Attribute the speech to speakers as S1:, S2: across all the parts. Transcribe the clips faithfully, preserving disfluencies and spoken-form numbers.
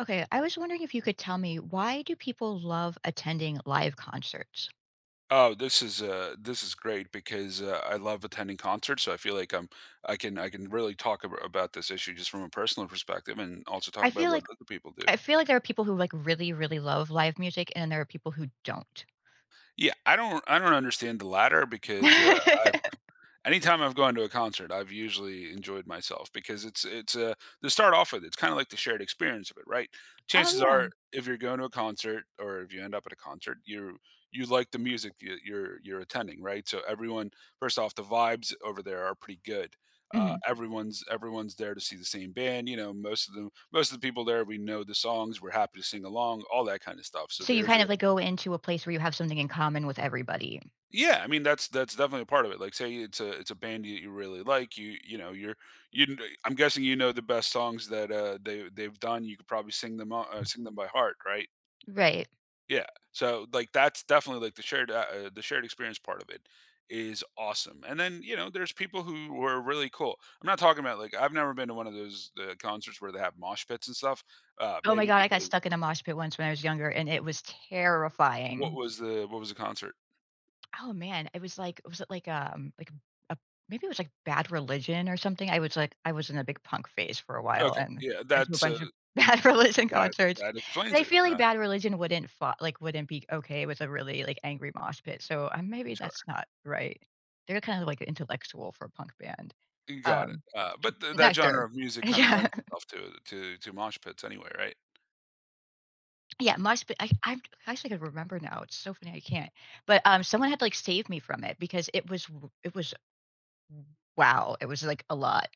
S1: Okay, I was wondering, if you could tell me why do people love attending live concerts?
S2: Oh, this is uh this is great because uh, I love attending concerts, so I feel like I'm I can I can really talk ab- about this issue just from a personal perspective, and also talk
S1: I
S2: about
S1: feel
S2: what
S1: like
S2: other people do.
S1: I feel like there are people who like really, really love live music, and then there are people who don't.
S2: Yeah, I don't I don't understand the latter because uh, I've anytime I've gone to a concert, I've usually enjoyed myself because it's it's uh to start off with, it's kind of like the shared experience of it, right?
S1: Oh
S2: Chances
S1: yeah.
S2: are, if you're going to a concert or if you end up at a concert, you you like the music you, you're you're attending, right? So everyone, first off, the vibes over there are pretty good. Uh,
S1: Mhm.
S2: everyone's everyone's there to see the same band. You know, most of them, most of the people there, we know the songs. We're happy to sing along, all that kind of stuff. So
S1: So you
S2: there's
S1: kind of
S2: a
S1: like go into a place where you have something in common with everybody.
S2: yeah, I mean that's that's definitely a part of it. Like, say it's a it's a band that you really like. You you know you're you. kn- I'm guessing you know the best songs that uh they they've done. You could probably sing them o- uh, sing them by heart, right?
S1: Right.
S2: Yeah. So like that's definitely like the shared uh, uh, the shared experience part of it is awesome. And then you know there's people who were really cool. I'm not talking about like I've never been to one of those uh, concerts where they have mosh pits and stuff. Uh,
S1: Oh my
S2: maybe
S1: god, I got
S2: because
S1: stuck in a mosh pit once when I was younger, and it was
S2: what
S1: terrifying.
S2: was the what was the concert?
S1: Oh man, it was like, was it like, um, like a, maybe it was like Bad Religion or something? I was like I was in a big punk phase for a while
S2: Okay,
S1: and
S2: yeah,
S1: went to a
S2: that's uh,
S1: bunch of Bad Religion
S2: that
S1: concerts.
S2: that
S1: But
S2: explains
S1: I
S2: it.
S1: feel like
S2: Uh,
S1: Bad Religion wouldn't fa like, wouldn't be okay with a really, like, angry mosh pit, so, um, maybe that's not right. They're kind of, like, intellectual for a punk band.
S2: got it.
S1: Um,
S2: Uh, but th that
S1: not sure.
S2: genre of music kinda
S1: Yeah.
S2: lends itself to to to mosh pits anyway, right?
S1: Yeah, mosh pit, I I actually could remember now, it's so funny I can't. But, um, someone had to, like, save me from it because it was w it was wow, it was, like, a lot.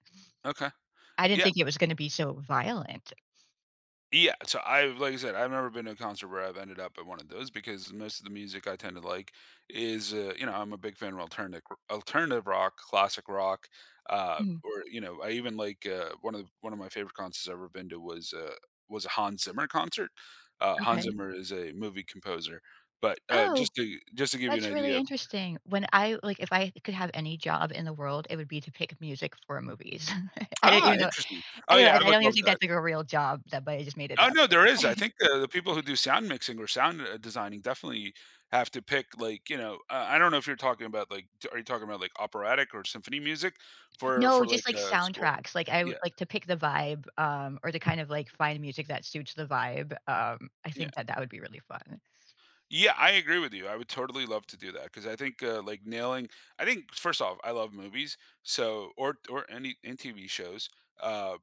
S2: Okay.
S1: I didn't
S2: Yeah.
S1: think it was gonna be so violent.
S2: Yeah, so I like I said, I've never been to a concert where I've ended up at one of those because most of the music I tend to like is, uh, you know, I'm a big fan of alternative alternative rock, classic rock, uh,
S1: Mm,
S2: or, you know, I even like, uh, one of the, one of my favorite concerts I've ever been to was, uh, was a Hans Zimmer concert. Uh, Hans
S1: okay.
S2: Zimmer is a movie composer, but, uh,
S1: Oh,
S2: just to just to give you an
S1: that's really
S2: idea of
S1: interesting. When I like, if I could have any job in the world, it would be to pick music for movies. I don't
S2: ah,
S1: even know,
S2: interesting. Oh,
S1: anyway, I
S2: yeah, I
S1: don't I
S2: would
S1: don't even
S2: love
S1: think
S2: that.
S1: that's, like, a real job, that but I just made it
S2: Oh,
S1: up.
S2: no, there is. I think the the people who do sound mixing or sound, uh, designing definitely have to pick, like, you know, uh, I don't know if you're talking about, like d are you talking about, like, operatic or symphony music for
S1: No,
S2: for,
S1: just,
S2: like,
S1: like,
S2: a score?
S1: soundtracks, like, I would
S2: Yeah,
S1: like to pick the vibe, um, or to kind of, like, find music that suits the vibe, um, I
S2: yeah.
S1: think that that would be really fun.
S2: Yeah, I agree with you. I would totally love to do that because I think, uh, like, nailing I think first off, I love movies, so or or any and T V shows, uh,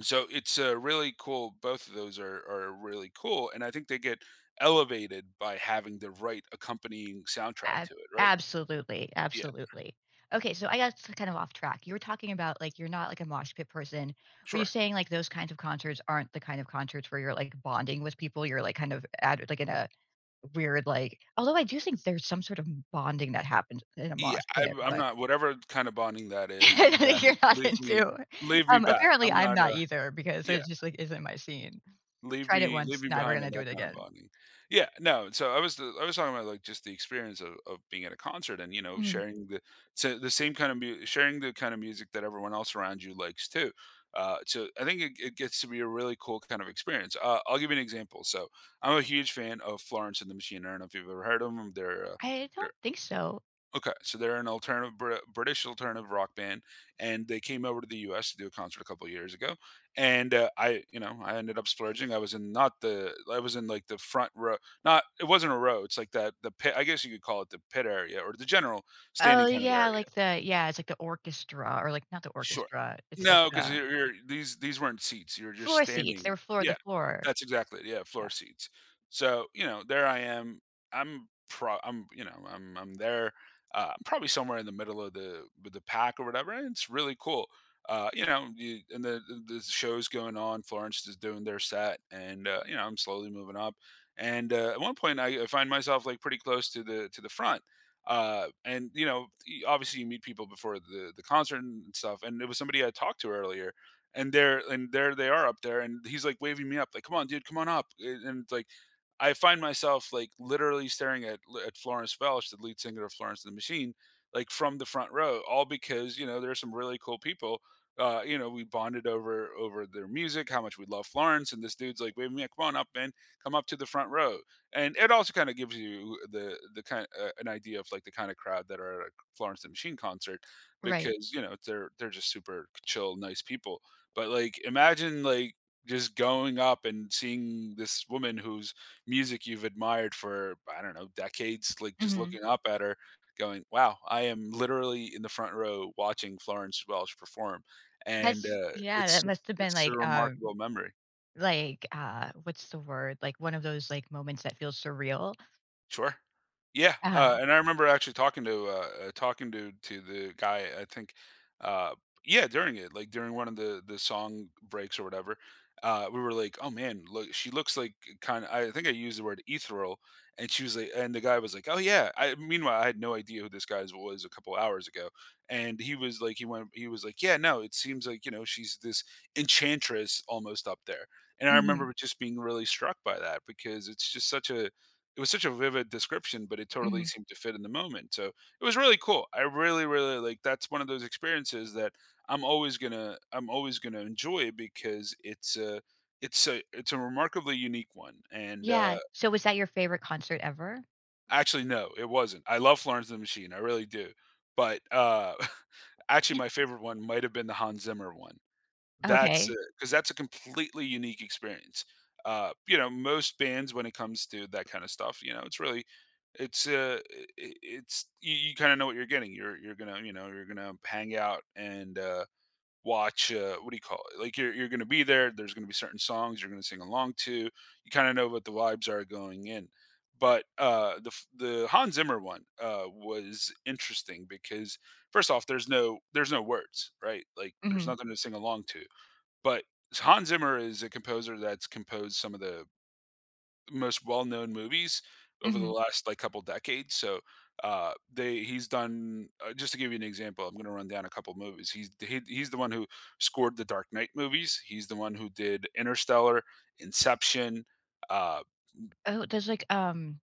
S2: so it's, uh, really cool both of those are are really cool, and I think they get elevated by having the right accompanying soundtrack
S1: Ab
S2: to it, right?
S1: absolutely,
S2: Yeah,
S1: absolutely. Okay, so I got s kind of off track. You were talking about, like, you're not, like, a mosh pit person. Were you
S2: sure.
S1: saying, like, those kinds of concerts aren't the kind of concerts where you're, like, bonding with people? You're, like, kind of at, like, in a weird, like, although I do think there's some sort of bonding that happens in a
S2: Yeah,
S1: mosh pit,
S2: I'm I'm
S1: but
S2: not whatever kind of bonding that
S1: I
S2: is,
S1: don't
S2: that
S1: think
S2: is
S1: you're not
S2: leave me
S1: into,
S2: leave me
S1: um,
S2: back.
S1: apparently,
S2: I'm
S1: I'm
S2: not
S1: not
S2: a
S1: either because
S2: Yeah,
S1: it just, like, isn't my scene.
S2: leave
S1: Tried it
S2: me leave
S1: once,
S2: me
S1: never
S2: behind on
S1: gonna do
S2: that
S1: it
S2: kind of
S1: again.
S2: bonding. Yeah, no, so I was I was talking about, like, just the experience of of being at a concert and, you know,
S1: Mhm.
S2: sharing the so the same kind of mu sharing the kind of music that everyone else around you likes too. Uh, so I think it it gets to be a really cool kind of experience. Uh, I'll give you an example. So, I'm a huge fan of Florence and the Machine. I don't know if you've ever heard of them. 'Em. They're, uh,
S1: I
S2: they're
S1: don't think so.
S2: okay, so they're an alternative Br- British alternative rock band, and they came over to the U S to do a concert a couple years ago. And uh, I, you know, I ended up splurging. I was in not the, I was in like the front row. Not, it wasn't a row. It's like that the pit. I guess you could call it the pit area or the general
S1: Oh,
S2: standing kind of
S1: yeah,
S2: area.
S1: like the, yeah, it's like the orchestra or, like, not the
S2: Sure.
S1: orchestra, it's like
S2: No, 'cause
S1: the
S2: you're you're these these weren't seats, you are just
S1: floor seats, they
S2: standing.
S1: were floor the
S2: Yeah,
S1: floor.
S2: that's exactly it, yeah,
S1: Yeah,
S2: floor seats. So, you know, there I am, I'm pro I'm, you know, I'm I'm there, uh, probably somewhere in the middle of the with the pack or whatever, and it's really cool. Uh, you know, you and the the the show's going on, Florence is doing their set, and, uh, you know, I'm slowly moving up, and, uh, at one point, I I find myself, like, pretty close to the to the front uh and you know y- obviously you meet people before the the concert and stuff, and it was somebody I talked to earlier and they're and there they are up there, and he's like waving me up like, come on dude, come on up. And and like I find myself like literally staring at at florence welch, the lead singer of florence and the machine, like from the front row, all because, you know, there's some really cool people. uh you know we bonded over over their music, how much we love florence, and this dude's like waving me up, come on up man, come up to the front row. And it also kind of gives you the the kind uh, an idea of like the kind of crowd that are at a Florence and the Machine concert
S1: right.
S2: because you know they're they're just super chill, nice people. But like imagine like just going up and seeing this woman whose music you've admired for, I don't know, decades, like just
S1: Mhm.
S2: looking up at her, going, "Wow, I am literally in the front row watching Florence Welsh perform," and
S1: That's,
S2: uh,
S1: yeah,
S2: it's
S1: that
S2: just,
S1: must have been
S2: it's a
S1: like, um,
S2: remarkable memory.
S1: like, uh, what's the word? Like, one of those, like, moments that feels surreal.
S2: Sure. Yeah,
S1: Uh-huh.
S2: uh, and I remember actually talking to, uh uh, talking to to the guy, I think, uh yeah, during it, like, during one of the the song breaks or whatever, uh, we were like, "Oh, man, look, she looks like kinda" I think I used the word ethereal, and she was like and the guy was like, "Oh, yeah." I meanwhile, I had no idea who this guy was a couple hours ago, and he was like he went he was like, "Yeah, no, it seems like, you know, she's this enchantress almost up there." And I
S1: Mhm,
S2: remember just being really struck by that because it's just such a it was such a vivid description, but it totally
S1: mhm.
S2: seemed to fit in the moment. So it was really cool. I really, really like that's one of those experiences that I'm always gonna I'm always gonna enjoy because it's a it's a it's a remarkably unique one. And uh
S1: Yeah, so was that your favorite concert ever?
S2: actually no, it wasn't. I love Florence and the Machine, I really do. But uh actually my favorite one might have been the Hans Zimmer one. That's
S1: Okay.
S2: because that's a completely unique experience. Uh, you know, most bands when it comes to that kinda stuff, you know, it's really it's, uh, I I it's you you kinda know what you're getting. You're you're gonna, you know, you're gonna hang out and, uh, watch, uh, what do you call it? Like, you're you're gonna be there, there's gonna be certain songs you're gonna sing along to. You kinda know what the vibes are going in. But, uh, the f the Hans Zimmer one, uh, was interesting because, first off, there's no there's no words, right? Like, there's
S1: Mhm,
S2: nothing to sing along to. But Hans Zimmer is a composer that's composed some of the most well-known movies over the
S1: mhm.
S2: last, like, couple decades, so, uh, they he's done uh, just to give you an example, I'm gonna run down a couple movies. He's he he's the one who scored the Dark Knight movies. He's the one who did Interstellar, Inception, uh
S1: Oh, there's like, um,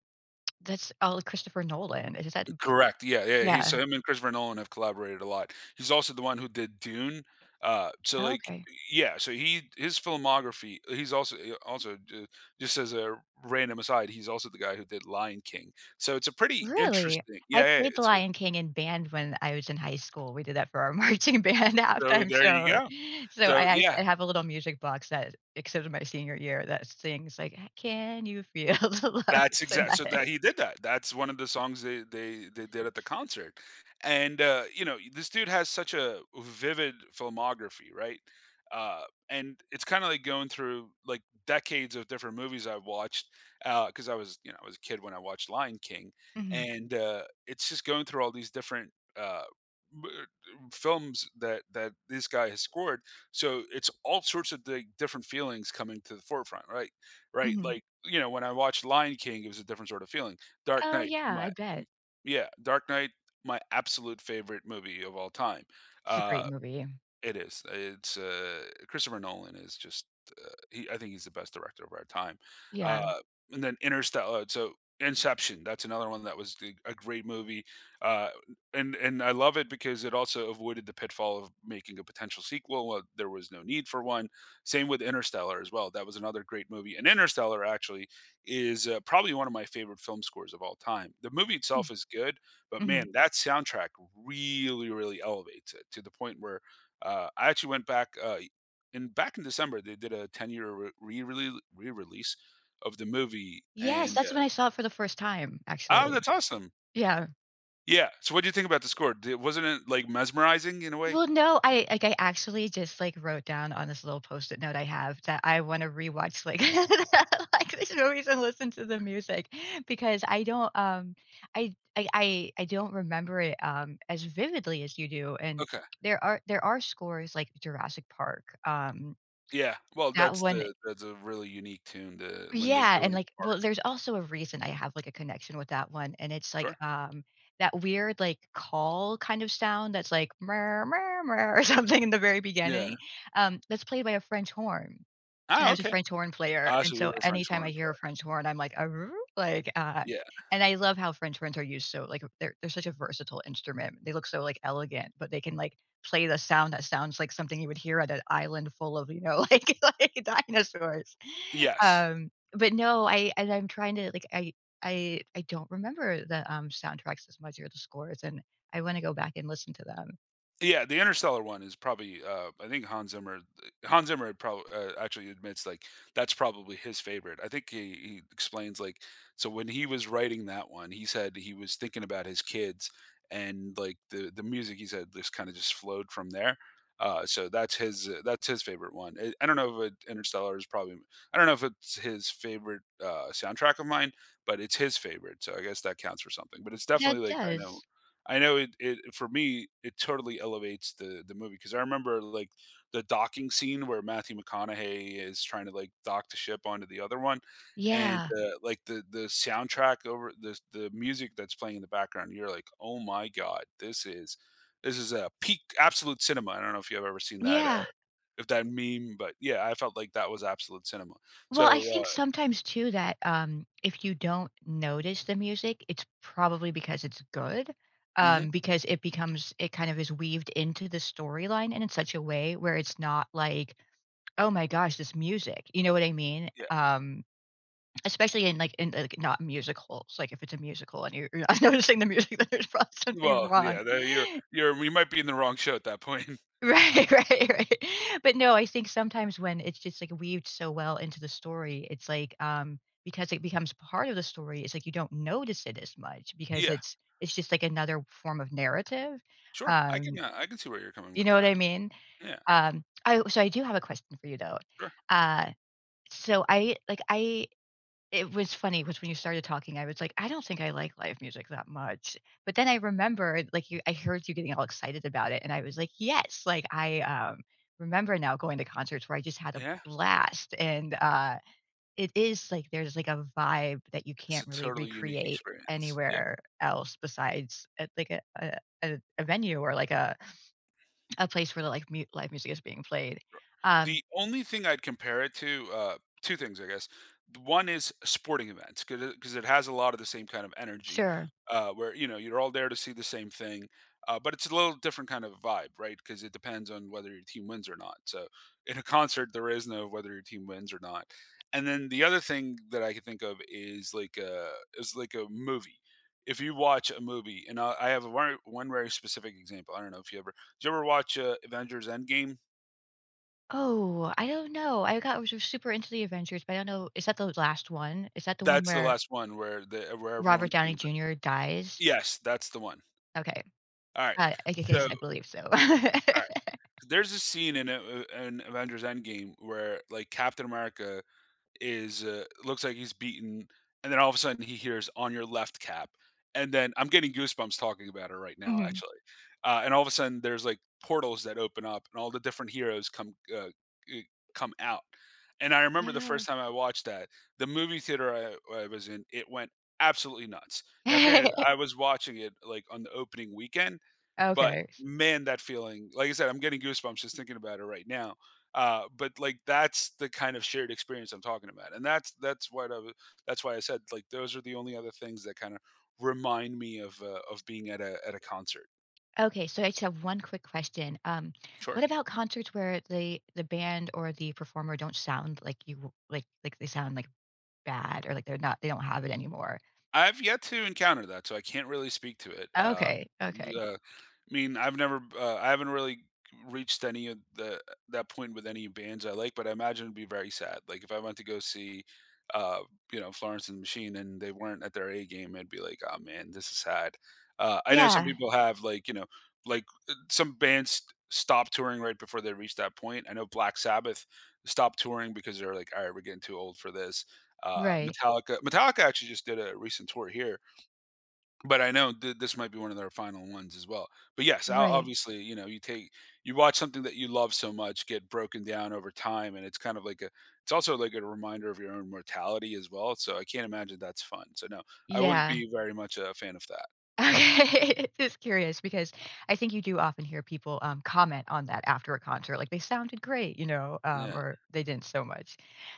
S1: that's all Christopher Nolan. Is that,
S2: correct, yeah, yeah, he's
S1: yeah.
S2: so him and Christopher Nolan have collaborated a lot. He's also the one who did Dune, uh, so,
S1: Oh,
S2: like
S1: Okay.
S2: yeah, so he his filmography he's also eh, also ju just as a random aside, he's also the guy who did Lion King, so it's a pretty
S1: Really?
S2: interesting
S1: I
S2: yeah, yeah,
S1: played The
S2: it's a
S1: Lion King in band when I was in high school. We did that for our marching band
S2: so
S1: halftime
S2: there you
S1: show.
S2: go.
S1: So so I
S2: So,
S1: act
S2: yeah.
S1: I have a little music box that, except in my senior year, that sings like, "Uh, can you feel the love
S2: That's exact so
S1: tonight?"
S2: that he did that. That's one of the songs they they they did at the concert, and, uh, you know, this dude has such a vivid filmography, right? Uh, and it's kinda like going through, like, decades of different movies I've watched, because I was you know, I was a kid when I watched Lion King,
S1: Mhm,
S2: and, uh, it's just going through all these different, uh, b films that that this guy has scored, so it's all sorts of, like, different feelings coming to the forefront, right? Right?
S1: mhm.
S2: Like, you know, when I watched Lion King, it was a different sort of feeling. Dark
S1: Oh,
S2: Knight,
S1: yeah,
S2: my
S1: I bet.
S2: m yeah, Dark Knight, my absolute favorite movie of all time.
S1: It's a
S2: Uh
S1: great movie.
S2: it is. uh, It's uh, Christopher Nolan is just. Uh, he, I think he's the best director of our time.
S1: Yeah.
S2: Uh, and then Interstellar. So Inception. That's another one that was the- a great movie. Uh, and and I love it because it also avoided the pitfall of making a potential sequel. Well, there was no need for one. Same with Interstellar as well. That was another great movie. And Interstellar actually is uh, probably one of my favorite film scores of all time. The movie
S1: Mm,
S2: itself is good, but
S1: mhm.
S2: man, that soundtrack really really elevates it to the point where uh, I actually went back uh, in back in December. They did a ten year re release of the movie,
S1: Yes,
S2: and uh,
S1: that's when I saw it for the first time,
S2: oh,
S1: actually.
S2: that's awesome.
S1: Yeah.
S2: Yeah. So, what do you think about the score? Did, wasn't it like mesmerizing in a way?
S1: Well, no, I like, I actually just, like, wrote down on this little Post-it note I have that I wanna rewatch, like, like, these movies and listen to the music because I don't, um, I I I I don't remember it, um, as vividly as you do, and
S2: Okay.
S1: there are there are scores like Jurassic Park, um,
S2: Yeah. Well,
S1: that
S2: that's
S1: one,
S2: the that's a really unique tune. The when they
S1: yeah,
S2: go
S1: and,
S2: into
S1: like,
S2: the
S1: well,
S2: park.
S1: there's also a reason I have, like, a connection with that one, and it's, like,
S2: Sure.
S1: um, that weird, like, call kind of sound that's, like, mer mer mer or something in the very
S2: Yeah.
S1: beginning, um, that's played by a French horn. And I
S2: Ah.
S1: was a
S2: Okay.
S1: French horn player,
S2: Ah.
S1: and
S2: So you
S1: so
S2: were a French
S1: anytime I
S2: horn
S1: hear a
S2: player.
S1: French horn, I'm like, "Aroo," like, uh,
S2: Yeah.
S1: and I love how French horns are used. So like, they're they're such a versatile instrument. They look so like elegant, but they can like play the sound that sounds like something you would hear at an island full of, you know, like like dinosaurs.
S2: Yes.
S1: Um, but no, I and I'm trying to like, I I I don't remember the um soundtracks as much or the scores, and I want to go back and listen to them.
S2: Yeah, the Interstellar one is probably, uh, I think Hans Zimmer. Hans Zimmer probably uh, actually admits like that's probably his favorite. I think he, he explains like so when he was writing that one, he said he was thinking about his kids and like the the music he said just kind of just flowed from there. Uh, so that's his uh, that's his favorite one. I, I don't know if it, Interstellar is probably I don't know if it's his favorite uh, soundtrack of mine, but it's his favorite. So I guess that counts for something. But it's
S1: That
S2: definitely like I know
S1: does,
S2: I know it, it for me it totally elevates the the movie because I remember like the docking scene where Matthew McConaughey is trying to like dock the ship onto the other one, and
S1: yeah,
S2: uh, like the the soundtrack over the the music that's playing in the background, you're like, oh my god, this is this is a peak absolute cinema. I don't know if you've ever seen that uh,
S1: yeah.
S2: if that meme, but yeah, I felt like that was absolute cinema.
S1: Well, I
S2: So uh,
S1: think sometimes too that, um, if you don't notice the music, it's probably because it's good,
S2: mhm,
S1: um, because it becomes, it kind of is weaved into the storyline and in such a way where it's not like, "Oh my gosh, this music." You know what I mean?
S2: yeah,
S1: Um, especially in, like in, like, not musicals, like, if it's a musical and you're you're not noticing the music, then there's probably something
S2: well,
S1: wrong.
S2: yeah, there- you're you're you might be in the wrong show at that point.
S1: Right, right, right. But no, I think sometimes when it's just like weaved so well into the story, it's like, um, because it becomes part of the story, it's like you don't notice it as much because
S2: Yeah.
S1: it's it's just like another form of narrative.
S2: Sure, I can,
S1: Um,
S2: uh, I can see where you're coming
S1: you
S2: with
S1: know what
S2: that.
S1: I mean?
S2: Yeah,
S1: Um, I so I do have a question for you though.
S2: sure.
S1: Uh, so I like I, it was funny because when you started talking, I was like, "I don't think I like live music that much." But then I remembered, like, you, I heard you getting all excited about it, and I was like, "Yes." Like, I, um, remember now going to concerts where I just had a
S2: Yeah,
S1: blast, and, uh, it is like there's, like, a vibe that you
S2: it's
S1: can't
S2: a
S1: really
S2: totally unique
S1: recreate
S2: experience. Yeah.
S1: anywhere else besides at, like, a a a a venue or, like, a a place where the, like, mu live music is being played. Um
S2: The only thing I'd compare it to, uh two things, I guess. One is sporting events, because it has a lot of the same kind of energy,
S1: Sure.
S2: uh, where, you know, you're all there to see the same thing, uh, but it's a little different kind of vibe, right? Because it depends on whether your team wins or not. So, in a concert, there is no whether your team wins or not. And then the other thing that I can think of is like a is like a movie. If you watch a movie and I I have a very one very specific example, I don't know if you ever did you ever watch, uh, Avengers: Endgame?
S1: Oh, I don't know. I got was super into the Avengers, but I don't know. Is that the last one? Is that the one
S2: That's the
S1: where
S2: last one where the where
S1: Robert
S2: everyone
S1: Downey
S2: came ba
S1: Junior dies?
S2: yes, that's the one.
S1: Okay.
S2: Alright,
S1: Uh, I
S2: so
S1: guess I believe so.
S2: alright, there's a scene in a in Avengers: Endgame where, like, Captain America is, uh looks like he's beaten, and then all of a sudden he hears, "On your left, Cap," and then I'm getting goosebumps talking about it right now,
S1: Mhm.
S2: actually. Uh, and all of a sudden there's, like, portals that open up, and all the different heroes come, uh, eh, come out. And I remember the
S1: No.
S2: first time I watched that, the movie theater I I was in, it went absolutely nuts. Now granted, I was watching it, like, on the opening weekend, but
S1: Okay.
S2: man, that feeling, like I said, I'm getting goosebumps just thinking about it right now. Uh, but like that's the kind of shared experience I'm talking about, and that's that's what I w- that's why I said like those are the only other things that kind of remind me of uh, of being at a at a concert.
S1: Okay, so I just have one quick question. Um, what
S2: Sure.
S1: about concerts where the the band or the performer don't sound like you like like they sound like bad, or like they're not they don't have it anymore?
S2: I've yet to encounter that, so I can't really speak to it. Uh,
S1: Okay, okay.
S2: uh, I mean, I've never, uh, I haven't really reached any of the that point with any bands I like, but I imagine it'd be very sad. Like if I went to go see, uh, you know, Florence and the Machine, and they weren't at their A game, I'd be like, oh man, this is sad. Uh, I know some
S1: Yeah,
S2: people have like, you know, like uh, some bands stop touring right before they reach that point. I know Black Sabbath stopped touring because they're like, all right, we're getting too old for this. Uh,
S1: right,
S2: Metallica. Metallica actually just did a recent tour here, but I know th- this might be one of their final ones as well. But yes, o-
S1: right.
S2: obviously, you know, you take you watch something that you love so much get broken down over time, and it's kind of like a it's also like a reminder of your own mortality as well. So I can't imagine that's fun. So no, I wouldn't
S1: Yeah.
S2: be very much a fan of that.
S1: Okay, just curious because I think you do often hear people, um, comment on that after a concert, like, "They sounded great," you know, um,
S2: Yeah.
S1: or, "They didn't so much."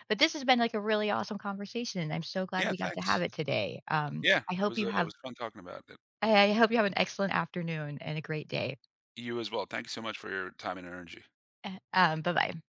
S1: But this has been, like, a really awesome conversation, and I'm so glad
S2: Yeah.
S1: we got to have
S2: Thanks.
S1: it today. Um,
S2: Yeah.
S1: I
S2: It
S1: hope
S2: was
S1: you
S2: uh it
S1: have
S2: was fun talking about it.
S1: I I hope you have an excellent afternoon and a great day.
S2: You as well. Thank you so much for your time and energy.
S1: Eh, um, bye-bye.